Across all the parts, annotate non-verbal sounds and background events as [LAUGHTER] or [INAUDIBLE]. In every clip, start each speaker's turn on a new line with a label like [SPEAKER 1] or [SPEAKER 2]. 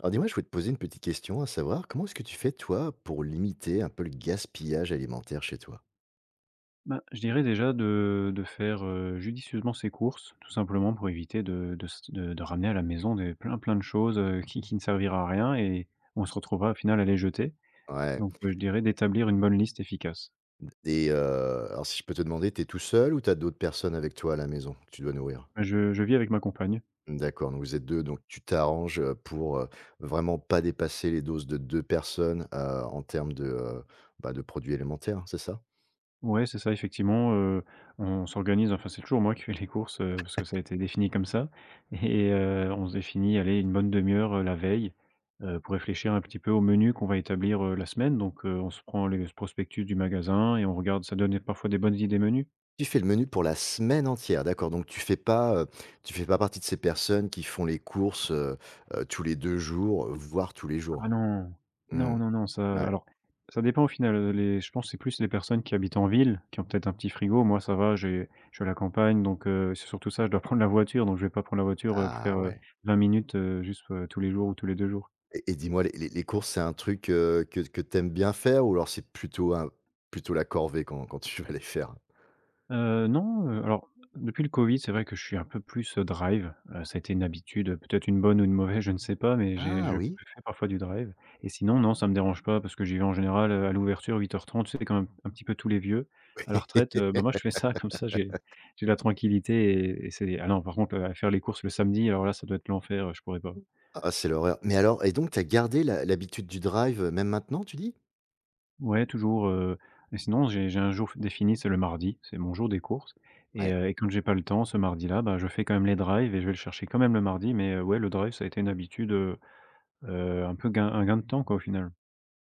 [SPEAKER 1] Alors dis-moi, je voulais te poser une petite question, à savoir comment est-ce que tu fais toi pour limiter un peu le gaspillage alimentaire chez toi?
[SPEAKER 2] Je dirais déjà de faire, judicieusement ses courses, tout simplement pour éviter de s de ramener à la maison des plein de choses, qui ne servira à rien et on se retrouvera au final à les jeter.
[SPEAKER 1] Ouais.
[SPEAKER 2] Donc, je dirais d'établir une bonne liste efficace.
[SPEAKER 1] Alors si je peux te demander, t'es tout seul ou t'as d'autres personnes avec toi à la maison que tu dois nourrir?
[SPEAKER 2] Je vis avec ma compagne.
[SPEAKER 1] D'accord, donc vous êtes 2, donc tu t'arranges, pour, vraiment pas dépasser les doses de 2 personnes, en termes de, bah, de produits alimentaires, c'est ça?
[SPEAKER 2] Ouais, c'est ça, effectivement, on s'organise, enfin, c'est toujours moi qui fais les courses, parce que ça a été défini comme ça et on se définit, allez, une bonne demi heure, la veille, pour réfléchir un petit peu au menu qu'on va établir, la semaine donc on se prend les prospectus du magasin et on regarde ça donne parfois des bonnes idées menus.
[SPEAKER 1] Tu fais le menu pour la semaine entière, d'accord, donc tu fais pas partie de ces personnes qui font les courses, tous les 2 jours, voire tous les
[SPEAKER 2] Ah
[SPEAKER 1] jours?
[SPEAKER 2] non!
[SPEAKER 1] Mmh,
[SPEAKER 2] Non, non, non, ça
[SPEAKER 1] ouais.
[SPEAKER 2] alors, ça dépend au final, les je pense que c'est plus les personnes qui habitent en ville, qui ont peut-être un petit frigo. Moi, ça va, j'ai je suis à la campagne donc c'est surtout ça, je dois [LAUGHS] prendre la voiture donc je vais pas prendre la voiture, pour
[SPEAKER 1] Ah
[SPEAKER 2] faire,
[SPEAKER 1] ouais.
[SPEAKER 2] 20 minutes, juste, tous les jours ou tous les 2 jours.
[SPEAKER 1] Et dis-moi, les courses, c'est un truc, que t'aimes bien faire, ou alors c'est plutôt un plutôt la corvée quand tu vas les faire?
[SPEAKER 2] Non, alors depuis le covid, c'est vrai que je suis un peu plus, drive. Ça a été une habitude, peut-être une bonne ou une mauvaise, je ne sais pas, mais j'ai
[SPEAKER 1] Ah
[SPEAKER 2] je
[SPEAKER 1] oui.
[SPEAKER 2] fais parfois du drive et sinon, non, ça me dérange pas parce que j'y vais en général, à l'ouverture 8h30. Tu sais, comme un petit peu tous les vieux. À la retraite,
[SPEAKER 1] [LAUGHS]
[SPEAKER 2] moi, je fais ça comme ça, j'ai la tranquillité et c'est ah non, par contre, à faire les courses le samedi, alors là, ça doit être l'enfer, je pourrais pas.
[SPEAKER 1] Ah, c'est l'horreur. Mais alors, et donc tu as gardé la l'habitude du drive, même maintenant, tu dis?
[SPEAKER 2] Ouais, toujours, et sinon j'ai un jour défini, c'est le mardi, c'est mon jour des courses et
[SPEAKER 1] Ouais.
[SPEAKER 2] quand j'ai pas le temps ce mardi-là, bah, je fais quand même les drives et je vais le chercher quand même le mardi mais ouais, le drive ça a été une habitude, un peu gain de temps quoi, au final.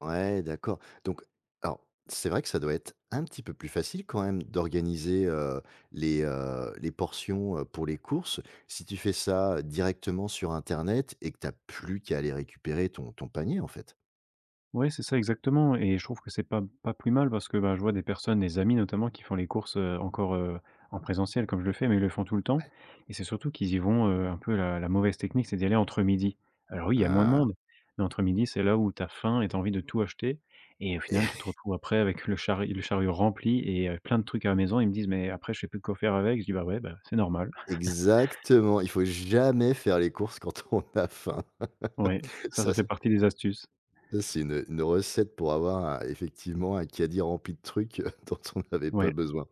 [SPEAKER 1] Ouais, d'accord. Donc alors, c'est vrai que ça doit être un petit peu plus facile quand même d'organiser, les portions, pour les courses. Si tu fais ça directement sur internet et que tu as plus qu'à aller récupérer ton panier, en fait.
[SPEAKER 2] Ouais, c'est ça exactement et je trouve que c'est pas plus mal parce que, bah, je vois des personnes, des amis notamment qui font les courses, encore, en présentiel comme je le fais, mais ils le font tout le temps
[SPEAKER 1] Ouais.
[SPEAKER 2] et c'est surtout qu'ils y vont, un peu la mauvaise technique, c'est d'y aller entre midi. Alors oui, il y a moins de
[SPEAKER 1] Heu
[SPEAKER 2] monde, mais entre midi, c'est là où tu as faim et tu as envie de tout acheter et au final, tu
[SPEAKER 1] [LAUGHS]
[SPEAKER 2] te retrouves après avec le chariot rempli et plein de trucs à la maison. Ils me disent: «Mais après, je sais plus quoi faire avec». Je dis: «Bah ouais, bah, c'est normal».
[SPEAKER 1] Exactement, il faut jamais faire les courses quand on a faim.
[SPEAKER 2] Ouais,
[SPEAKER 1] [LAUGHS]
[SPEAKER 2] ça,
[SPEAKER 1] Ça
[SPEAKER 2] ça fait partie des astuces.
[SPEAKER 1] ça c'est une recette pour avoir un effectivement un caddie rempli de trucs [LAUGHS] dont on n'avait pas
[SPEAKER 2] Ouais,
[SPEAKER 1] besoin.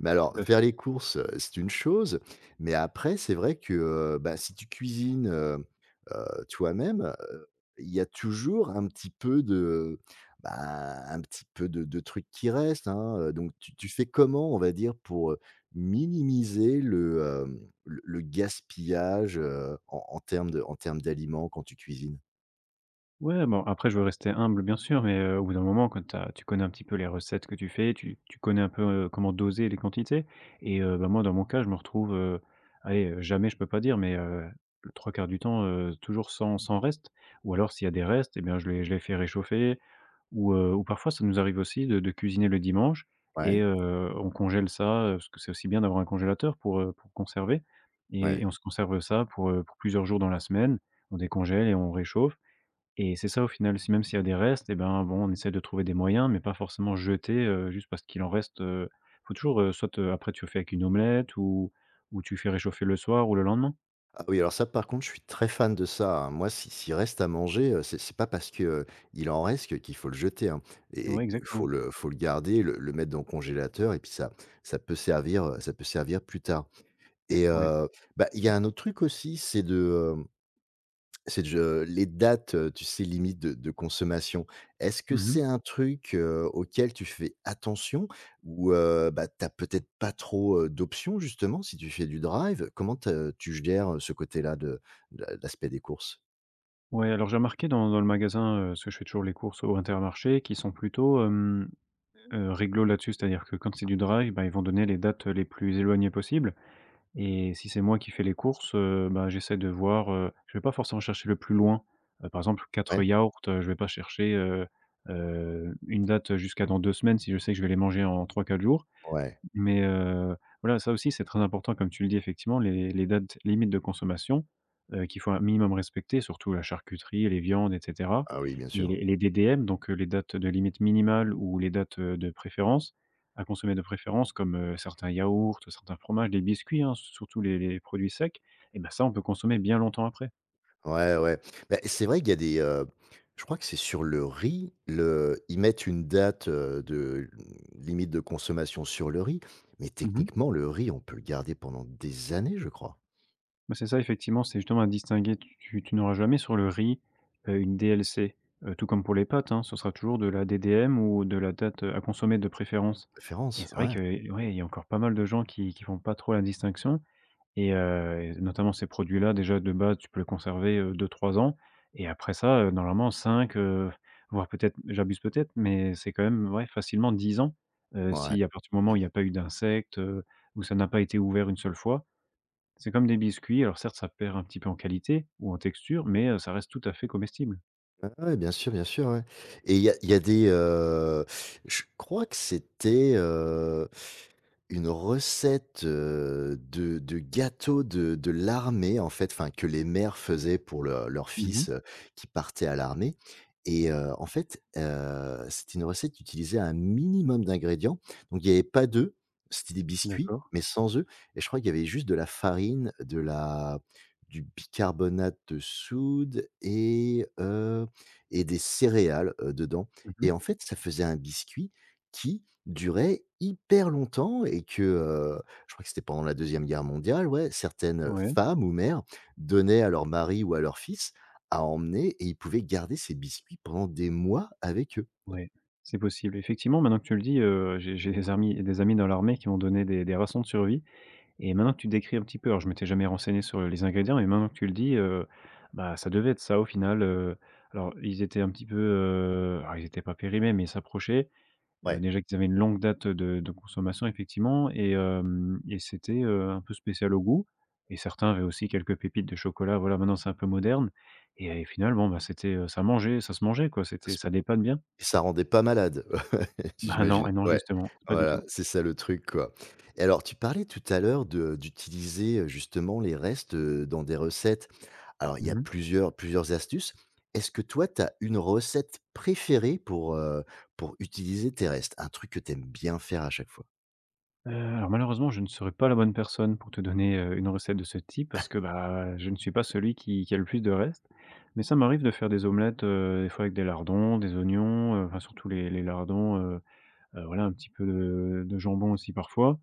[SPEAKER 1] Mais
[SPEAKER 2] tout
[SPEAKER 1] alors,
[SPEAKER 2] à
[SPEAKER 1] faire
[SPEAKER 2] fait.
[SPEAKER 1] les courses, c'est une chose, mais après, c'est vrai que, bah, si tu cuisines, toi-même, heu, il y a toujours un petit peu de bah, un petit peu de trucs qui restent, hein, donc tu fais comment, on va dire, pour, minimiser le, le gaspillage, en en termes de en termes d'aliments quand tu cuisines?
[SPEAKER 2] Ouais, bon, après je veux rester humble bien sûr, mais au bout d'un moment quand tu connais un petit peu les recettes que tu fais, tu connais un peu, comment doser les quantités et moi dans mon cas, je me retrouve, allez, jamais je peux pas dire, mais 3/4 du temps, toujours sans reste ou alors s'il y a des restes et bien je les fais réchauffer ou parfois ça nous arrive aussi de cuisiner le dimanche et
[SPEAKER 1] Ouais,
[SPEAKER 2] on congèle ça, parce que c'est aussi bien d'avoir un congélateur pour conserver et
[SPEAKER 1] ouais.
[SPEAKER 2] on se conserve ça pour plusieurs jours dans la semaine. On décongèle et on réchauffe et c'est ça au final, si même s'il y a des restes et ben, bon, on essaie de trouver des moyens, mais pas forcément jeter, juste parce qu'il en reste, faut toujours, soit, après tu le fais avec une omelette ou tu fais réchauffer le soir ou le lendemain.
[SPEAKER 1] Ah oui, alors ça, par contre, je suis très fan de ça, hein. Moi, si s'il reste à manger, c'est pas parce que, il en reste que qu'il faut le jeter, hein,
[SPEAKER 2] Oui,
[SPEAKER 1] et il
[SPEAKER 2] exactement.
[SPEAKER 1] faut le garder, le mettre dans le congélateur, et puis ça ça peut servir plus tard. et
[SPEAKER 2] Oui.
[SPEAKER 1] heu, Bah, il y a un autre truc aussi, c'est de, c'est je les dates, tu sais, limites de consommation. Est-ce que
[SPEAKER 2] Mmh.
[SPEAKER 1] c'est un truc, auquel tu fais attention, ou bah, tu as peut-être pas trop, d'options justement si tu fais du drive? Comment te tu gères, ce côté-là de l'aspect des courses?
[SPEAKER 2] Ouais, alors j'ai remarqué dans le magasin, parce que je fais toujours les courses au Intermarché, qui sont plutôt, réglo là-dessus. C'est-à-dire que quand c'est du drive, bah, ils vont donner les dates les plus éloignées possibles. Et si c'est moi qui fais les courses, bah, j'essaie de voir, je vais pas forcément chercher le plus loin. Par exemple, quatre
[SPEAKER 1] Ouais?
[SPEAKER 2] yaourts, je vais pas chercher, une date jusqu'à dans 2 semaines si je sais que je vais les manger en 3-4 jours.
[SPEAKER 1] Ouais.
[SPEAKER 2] Mais voilà, ça aussi, c'est très important comme tu le dis effectivement, les dates limites de consommation, qu'il faut un minimum respecter, surtout la charcuterie, les viandes et cetera
[SPEAKER 1] Ah oui, bien
[SPEAKER 2] et
[SPEAKER 1] sûr.
[SPEAKER 2] les DDM, donc les dates de limite minimale ou les dates, de préférence, à consommer de préférence comme, certains yaourts, certains fromages, des biscuits, hein, surtout les produits secs et ben ça, on peut consommer bien longtemps après.
[SPEAKER 1] Ouais, ouais. Bah, c'est vrai qu'il y a des, je crois que c'est sur le riz, le ils mettent une date, de limite de consommation sur le riz, mais
[SPEAKER 2] Mmh.
[SPEAKER 1] techniquement, le riz, on peut le garder pendant des années, je crois.
[SPEAKER 2] Bah, c'est ça, effectivement, c'est justement à distinguer. Tu n'auras jamais sur le riz, une DLC, tout comme pour les pâtes, hein, ce sera toujours de la DDM ou de la date, à consommer de préférence et
[SPEAKER 1] Référence,
[SPEAKER 2] c'est vrai
[SPEAKER 1] ouais.
[SPEAKER 2] que ouais, il y a encore pas mal de gens qui font pas trop la distinction et notamment ces produits-là, déjà, de base, tu peux les conserver, 2-3 ans et après ça, normalement 5 voire peut-être j'abuse peut-être, mais c'est quand même, ouais, facilement 10 ans,
[SPEAKER 1] Ouais.
[SPEAKER 2] si à partir du moment où il y a pas eu d'insectes, où ça n'a pas été ouvert une seule fois. C'est comme des biscuits, alors certes, ça perd un petit peu en qualité ou en texture, mais ça reste tout à fait comestible.
[SPEAKER 1] Ah ouais, ouais, bien sûr, ouais. Et il y a des, je crois que c'était, une recette, de gâteau de l'armée, en fait, enfin, que les mères faisaient pour le leurs
[SPEAKER 2] Mmh mh.
[SPEAKER 1] fils, qui partaient à l'armée, et en fait, c'était une recette qui utilisait un minimum d'ingrédients. Donc il n'y avait pas d'œufs, c'était des biscuits,
[SPEAKER 2] D'accord.
[SPEAKER 1] mais sans œufs, et je crois qu'il y avait juste de la farine, de la du bicarbonate de soude, et des céréales, dedans,
[SPEAKER 2] Mmh mh.
[SPEAKER 1] et en fait, ça faisait un biscuit qui durait hyper longtemps, et que, je crois que c'était pendant la deuxième guerre mondiale, ouais, certaines,
[SPEAKER 2] Ouais,
[SPEAKER 1] femmes ou mères donnaient à leur mari ou à leur fils à emmener, et ils pouvaient garder ces biscuits pendant des mois avec eux.
[SPEAKER 2] ouais. C'est possible. Effectivement, maintenant que tu le dis, j'ai des amis dans l'armée qui m'ont donné des rations de survie et maintenant que tu décris un petit peu alors je m'étais jamais renseigné sur les ingrédients mais maintenant que tu le dis, bah, ça devait être ça au final, alors ils étaient un petit peu, alors ils étaient pas périmés mais ils s'approchaient.
[SPEAKER 1] Ouais.
[SPEAKER 2] Déjà qu'ils avaient une longue date, de consommation effectivement et hem et c'était, un peu spécial au goût et certains avaient aussi quelques pépites de chocolat, voilà, maintenant c'est un peu moderne et finalement, bah, c'était, ça se mangeait quoi, c'était ça dépanne bien.
[SPEAKER 1] Et
[SPEAKER 2] [LAUGHS]
[SPEAKER 1] ça rendait pas malade, [LAUGHS]
[SPEAKER 2] Bah, non
[SPEAKER 1] j'imagine.
[SPEAKER 2] et non
[SPEAKER 1] Ouais,
[SPEAKER 2] justement, pas du
[SPEAKER 1] voilà,
[SPEAKER 2] tout.
[SPEAKER 1] c'est ça le truc, quoi. Et alors, tu parlais tout à l'heure de d'utiliser, justement les restes, dans des recettes. Alors, il y
[SPEAKER 2] Mmh
[SPEAKER 1] a
[SPEAKER 2] mh.
[SPEAKER 1] plusieurs astuces. Est-ce que toi, tu as une recette préférée pour utiliser tes restes? Un truc que tu aimes bien faire à chaque fois?
[SPEAKER 2] Alors malheureusement, je ne serais pas la bonne personne pour te donner, une recette de ce type parce que, bah, je ne suis pas celui qui a le plus de restes. Mais ça m'arrive de faire des omelettes, des fois avec des lardons, des oignons, enfin surtout les lardons, voilà, un petit peu de jambon aussi parfois,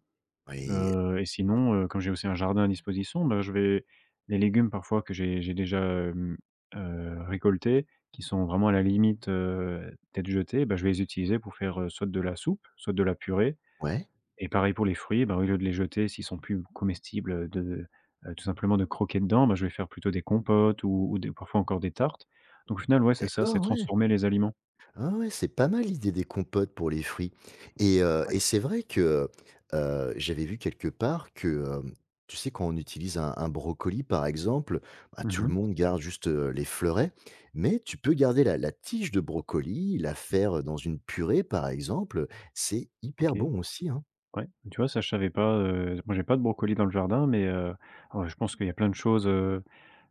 [SPEAKER 1] Oui.
[SPEAKER 2] et sinon, comme j'ai aussi un jardin à disposition, bah, je vais les légumes parfois que j'ai déjà, récoltés, qui sont vraiment à la limite, d'être jetés, bah, je vais les utiliser pour faire, soit de la soupe, soit de la purée
[SPEAKER 1] Ouais,
[SPEAKER 2] et pareil pour les fruits, bah, au lieu de les jeter s'ils sont plus comestibles, de, tout simplement de croquer dedans, bah, je vais faire plutôt des compotes ou des parfois encore des tartes. Donc au final, ouais, c'est ça, c'est
[SPEAKER 1] d'accord, ouais.
[SPEAKER 2] transformer les aliments.
[SPEAKER 1] Ah ouais, c'est pas mal l'idée des compotes pour les fruits.
[SPEAKER 2] Ouais.
[SPEAKER 1] C'est vrai que, j'avais vu quelque part que, hem, tu sais, quand on utilise un brocoli, par exemple, bah, tout le
[SPEAKER 2] Mmh.
[SPEAKER 1] monde garde juste, les fleurets, mais tu peux garder la la tige de brocoli, la faire, dans une purée, par exemple, c'est hyper
[SPEAKER 2] OK.
[SPEAKER 1] bon aussi, hein.
[SPEAKER 2] Ouais, tu vois, ça je savais pas, moi j'ai pas de brocolis dans le jardin, mais alors je pense qu'il y a plein de choses, heu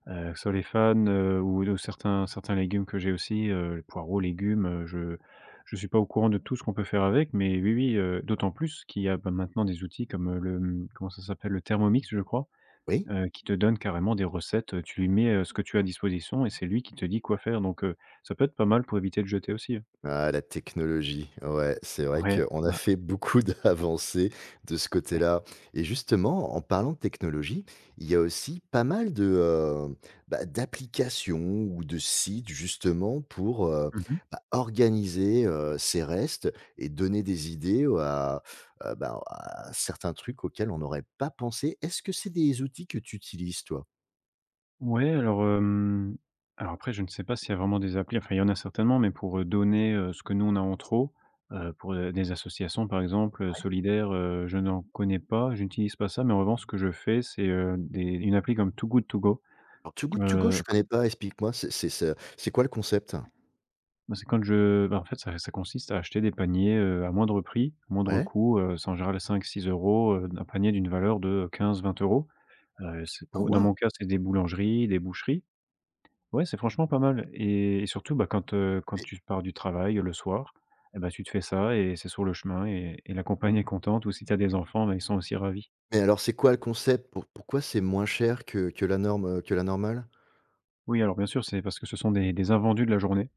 [SPEAKER 2] heu, que ce soit les fans, ou de certains légumes que j'ai aussi, les poireaux, légumes, je suis pas au courant de tout ce qu'on peut faire avec, mais oui, oui, d'autant plus qu'il y a, bah, maintenant des outils comme, le, comment ça s'appelle? Le Thermomix, je crois,
[SPEAKER 1] Oui?
[SPEAKER 2] qui te donne carrément des recettes, tu lui mets, ce que tu as à disposition et c'est lui qui te dit quoi faire donc ça peut être pas mal pour éviter de jeter aussi, hein.
[SPEAKER 1] Ah, la technologie, ouais, c'est vrai
[SPEAKER 2] Ouais,
[SPEAKER 1] qu'on a
[SPEAKER 2] bah,
[SPEAKER 1] fait beaucoup [LAUGHS] d'avancées de ce
[SPEAKER 2] ouais.
[SPEAKER 1] côté-là. Et justement, en parlant de technologie, il y a aussi pas mal de, bah, d'applications ou de sites justement pour
[SPEAKER 2] Mmh.
[SPEAKER 1] bah, organiser ces restes, et donner des idées à, bah, à certains trucs auxquels on n'aurait pas pensé. Est-ce que c'est des outils que tu utilises, toi?
[SPEAKER 2] Ouais, alors, alors après je ne sais pas s'il y a vraiment des applis, enfin il y en a certainement, mais pour, donner, ce que nous on a en trop, pour, des associations par exemple,
[SPEAKER 1] Ouais.
[SPEAKER 2] solidaires, je n'en connais pas, j'utilise pas ça, mais en revanche ce que je fais c'est, des une appli comme Too Good To Go.
[SPEAKER 1] Alors, Too Good To Go, je
[SPEAKER 2] Q
[SPEAKER 1] connais pas, explique-moi, c'est quoi le concept?
[SPEAKER 2] Bah, c'est en fait ça consiste à acheter des paniers, à moindre prix, moindre
[SPEAKER 1] Ouais.
[SPEAKER 2] coût, c'est en général cinq six euros, un panier d'une valeur de quinze vingt euros. C'est
[SPEAKER 1] Oh,
[SPEAKER 2] pour, dans mon
[SPEAKER 1] waouh!
[SPEAKER 2] cas c'est des boulangeries, des boucheries. Ouais, c'est franchement pas mal et surtout, bah, quand tu pars du travail, le soir et bah, tu te fais ça et c'est sur le chemin et la compagne est contente, ou si tu as des enfants, bah, ils sont aussi ravis.
[SPEAKER 1] Mais alors, c'est quoi le concept? Pour pourquoi c'est moins cher que la norme, que la normale?
[SPEAKER 2] Oui, alors bien sûr, c'est parce que ce sont des invendus de la journée,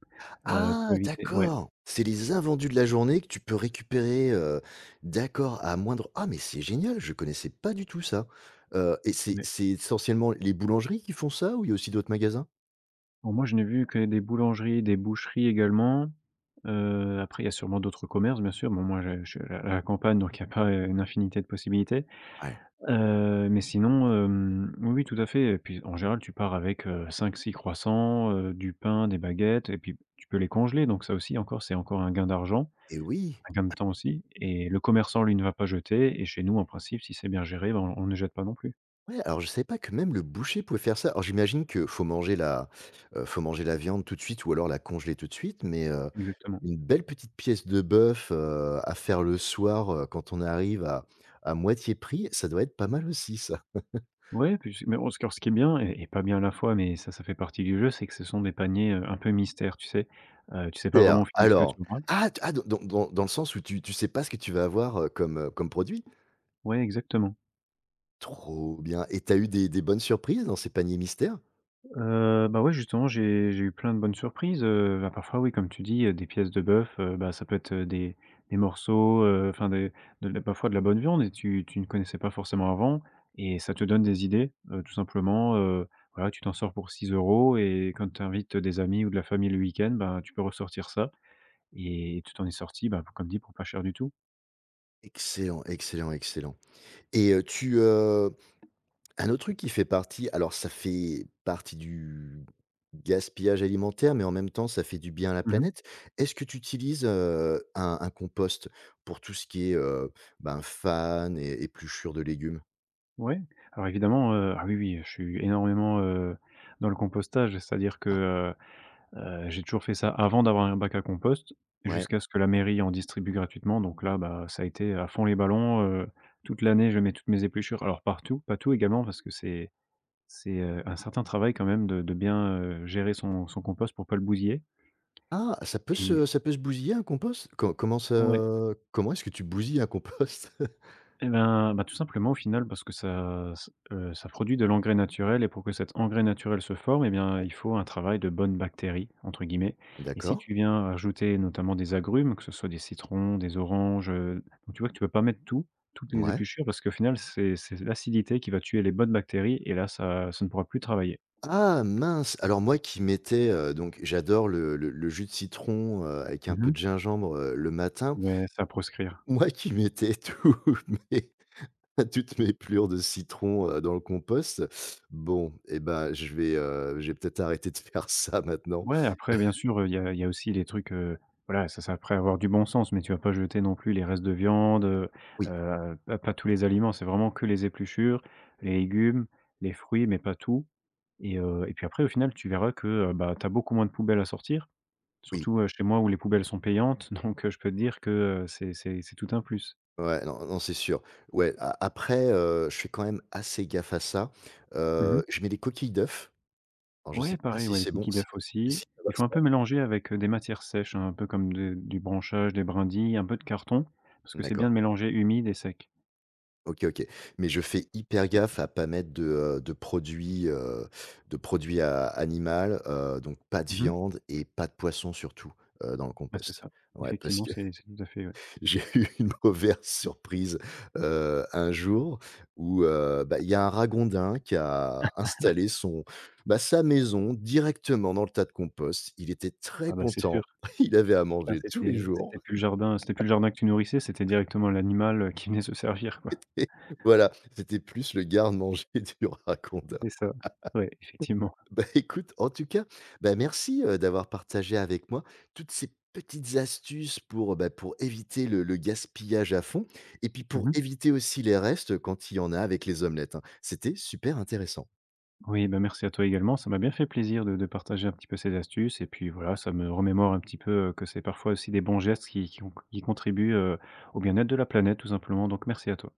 [SPEAKER 1] Ah
[SPEAKER 2] pour éviter, ouais.
[SPEAKER 1] d'accord! C'est les invendus de la journée que tu peux récupérer, d'accord, à moindre ah mais c'est génial, je connaissais pas du tout ça. Et
[SPEAKER 2] Ouais.
[SPEAKER 1] c'est essentiellement les boulangeries qui font ça, ou il y a aussi d'autres magasins?
[SPEAKER 2] Bon, moi, je n'ai vu que des boulangeries, des boucheries également. Après il y a sûrement d'autres commerces, bien sûr. Bon, moi, je suis à la campagne, donc il y a pas, une infinité de possibilités.
[SPEAKER 1] Ouais.
[SPEAKER 2] Mais sinon, oui, oui, tout à fait, et puis en général, tu pars avec, 5-6 croissants, du pain, des baguettes, et puis tu peux les congeler, donc ça aussi encore, c'est encore un gain d'argent,
[SPEAKER 1] Et oui!
[SPEAKER 2] un gain de temps aussi, et le commerçant, lui, ne va pas jeter, et chez nous, en principe, si c'est bien géré, ben, on ne jette pas non plus.
[SPEAKER 1] Ouais, alors je savais pas que même le boucher pouvait faire ça. Alors j'imagine que faut manger la viande tout de suite ou alors la congeler tout de suite, mais
[SPEAKER 2] Exactement.
[SPEAKER 1] une belle petite pièce de bœuf, à faire le soir, quand on arrive à moitié prix, ça doit être pas mal aussi ça.
[SPEAKER 2] Ouais, puis c'est, mais bon, ce qui est bien et pas bien à la fois, mais ça fait partie du jeu, c'est que ce sont des paniers, un peu mystères, tu sais? Tu sais pas
[SPEAKER 1] C'est-à-dire
[SPEAKER 2] vraiment au final ce que
[SPEAKER 1] alors
[SPEAKER 2] tu auras.
[SPEAKER 1] ah t ah dans le sens où tu sais pas ce que tu vas avoir, comme, comme produit?
[SPEAKER 2] Ouais, exactement.
[SPEAKER 1] Trop bien, et tu as eu des bonnes surprises dans ces paniers mystères?
[SPEAKER 2] Bah, ouais, justement, j'ai eu plein de bonnes surprises, bah, parfois, oui, comme tu dis, des pièces de bœuf, bah, ça peut être, des morceaux, enfin des de la, parfois de la bonne viande, et tu ne connaissais pas forcément avant, et ça te donne des idées, tout simplement. Voilà, tu t'en sors pour 6 euros, et quand tu invites des amis ou de la famille le week-end, ben, tu peux ressortir ça, et tu t'en es sorti, bah, comme dit, pour pas cher du tout.
[SPEAKER 1] Excellent, excellent, excellent. et heu, tu, Un autre truc qui fait partie alors ça fait partie du gaspillage alimentaire, mais en même temps, ça fait du bien à la
[SPEAKER 2] Mmh.
[SPEAKER 1] planète. Est-ce que tu utilises, un compost pour tout ce qui est, ben, fan et épluchures de légumes?
[SPEAKER 2] Ouais. Alors évidemment, ah oui, oui, je suis énormément, dans le compostage, c'est-à-dire
[SPEAKER 1] Ah,
[SPEAKER 2] que, j'ai toujours fait ça avant d'avoir un bac à compost,
[SPEAKER 1] ouais.
[SPEAKER 2] jusqu'à ce que la mairie en distribue gratuitement, donc là, bah, ça a été à fond les ballons. Toute l'année, je mets toutes mes épluchures, alors partout, pas tout également parce que c'est, un certain travail quand même de bien gérer son compost pour pas le bousiller
[SPEAKER 1] Ah, ça peut
[SPEAKER 2] et
[SPEAKER 1] se bousiller un compost? Co Comment
[SPEAKER 2] ouais.
[SPEAKER 1] ça, comment est-ce que tu bousilles un compost? [LAUGHS]
[SPEAKER 2] Eh ben, bah, tout simplement au final parce que ça produit de l'engrais naturel, et pour que cet engrais naturel se forme, et bien, il faut un travail de «bonnes bactéries» entre guillemets, et si
[SPEAKER 1] D'accord,
[SPEAKER 2] tu viens ajouter notamment des agrumes, que ce soit des citrons, des oranges, donc tu vois que tu peux pas mettre tout, toutes les
[SPEAKER 1] ouais.
[SPEAKER 2] épluchures, parce qu'au final c'est l'acidité qui va tuer les bonnes bactéries, et là ça ne pourra plus travailler.
[SPEAKER 1] Ah mince! Alors moi qui mettais, donc j'adore le jus de citron, avec un peu
[SPEAKER 2] Mmh.
[SPEAKER 1] de gingembre, le matin.
[SPEAKER 2] Ouais, ça à proscrire.
[SPEAKER 1] Moi qui mettais tout [LAUGHS] mes toutes mes plures de citron, dans le compost, bon eh ben, je vais, je peut-être arrêté de [LAUGHS] faire ça maintenant.
[SPEAKER 2] Ouais, après bien sûr, il y a y a aussi les trucs, voilà, ça c'est, après avoir du bon sens, mais tu vas pas jeter non plus les restes de viande.
[SPEAKER 1] Oui,
[SPEAKER 2] Pas tous les aliments, c'est vraiment que les épluchures, les légumes, les fruits, mais pas tout. Et puis après au final tu verras que, bah, tu as beaucoup moins de poubelles à sortir,
[SPEAKER 1] oui,
[SPEAKER 2] surtout, chez moi où les poubelles sont payantes [LAUGHS] donc je peux te dire que, c'est tout un plus.
[SPEAKER 1] ouais, non, non, c'est sûr. Ouais, a après, je fais quand même assez gaffe à ça.
[SPEAKER 2] Mmh.
[SPEAKER 1] Je mets des coquilles d'œufs. Alors je sais
[SPEAKER 2] Ouais,
[SPEAKER 1] pas
[SPEAKER 2] pareil,
[SPEAKER 1] si
[SPEAKER 2] ouais, les
[SPEAKER 1] c'est bon,
[SPEAKER 2] cookies
[SPEAKER 1] si
[SPEAKER 2] d'œufs aussi.
[SPEAKER 1] si ça va
[SPEAKER 2] Il faut un
[SPEAKER 1] ça?
[SPEAKER 2] peu mélanger avec, des matières sèches, hein, un peu comme de du branchage, des brindilles, un peu de carton, parce
[SPEAKER 1] Va.
[SPEAKER 2] que c'est bien
[SPEAKER 1] D'accord.
[SPEAKER 2] de mélanger humide et sec.
[SPEAKER 1] OK, OK. Mais je fais hyper gaffe à pas mettre de produits à animal, donc pas de
[SPEAKER 2] Mmh.
[SPEAKER 1] viande et pas de poisson surtout, dans le
[SPEAKER 2] Bah, c'est
[SPEAKER 1] compost.
[SPEAKER 2] ça.
[SPEAKER 1] Ouais, parce
[SPEAKER 2] Effectivement,
[SPEAKER 1] que
[SPEAKER 2] c'est tout à fait, ouais.
[SPEAKER 1] [LAUGHS] j'ai eu une mauvaise surprise, un jour où, bah, il y a un ragondin qui a installé son bah, sa maison directement dans le tas de compost. Il était très
[SPEAKER 2] Ah bah, c'est sûr.
[SPEAKER 1] content, [LAUGHS] il avait à
[SPEAKER 2] Là,
[SPEAKER 1] manger tous les
[SPEAKER 2] c'était
[SPEAKER 1] jours.
[SPEAKER 2] c'était plus le jardin, c'était plus le jardin que tu nourrissais, c'était directement l'animal, qui venait se [LAUGHS] servir, quoi.
[SPEAKER 1] [LAUGHS] Voilà, c'était plus le garde-manger [LAUGHS] du ragondin.
[SPEAKER 2] C'est ça. Ouais, effectivement.
[SPEAKER 1] Bah, [LAUGHS] écoute, en tout cas, bah, merci, d'avoir partagé avec moi toutes ces petites astuces pour, bah, pour éviter le gaspillage à fond, et puis pour
[SPEAKER 2] Mmh.
[SPEAKER 1] éviter aussi les restes quand il y en a avec les omelettes, hein. C'était super intéressant.
[SPEAKER 2] Oui, bah, merci à toi également. Ça m'a bien fait plaisir de partager un petit peu ces astuces, et puis, voilà, ça me remémore un petit peu, que c'est parfois aussi des bons gestes qui contribuent, au bien-être de la planète tout simplement, donc merci à toi.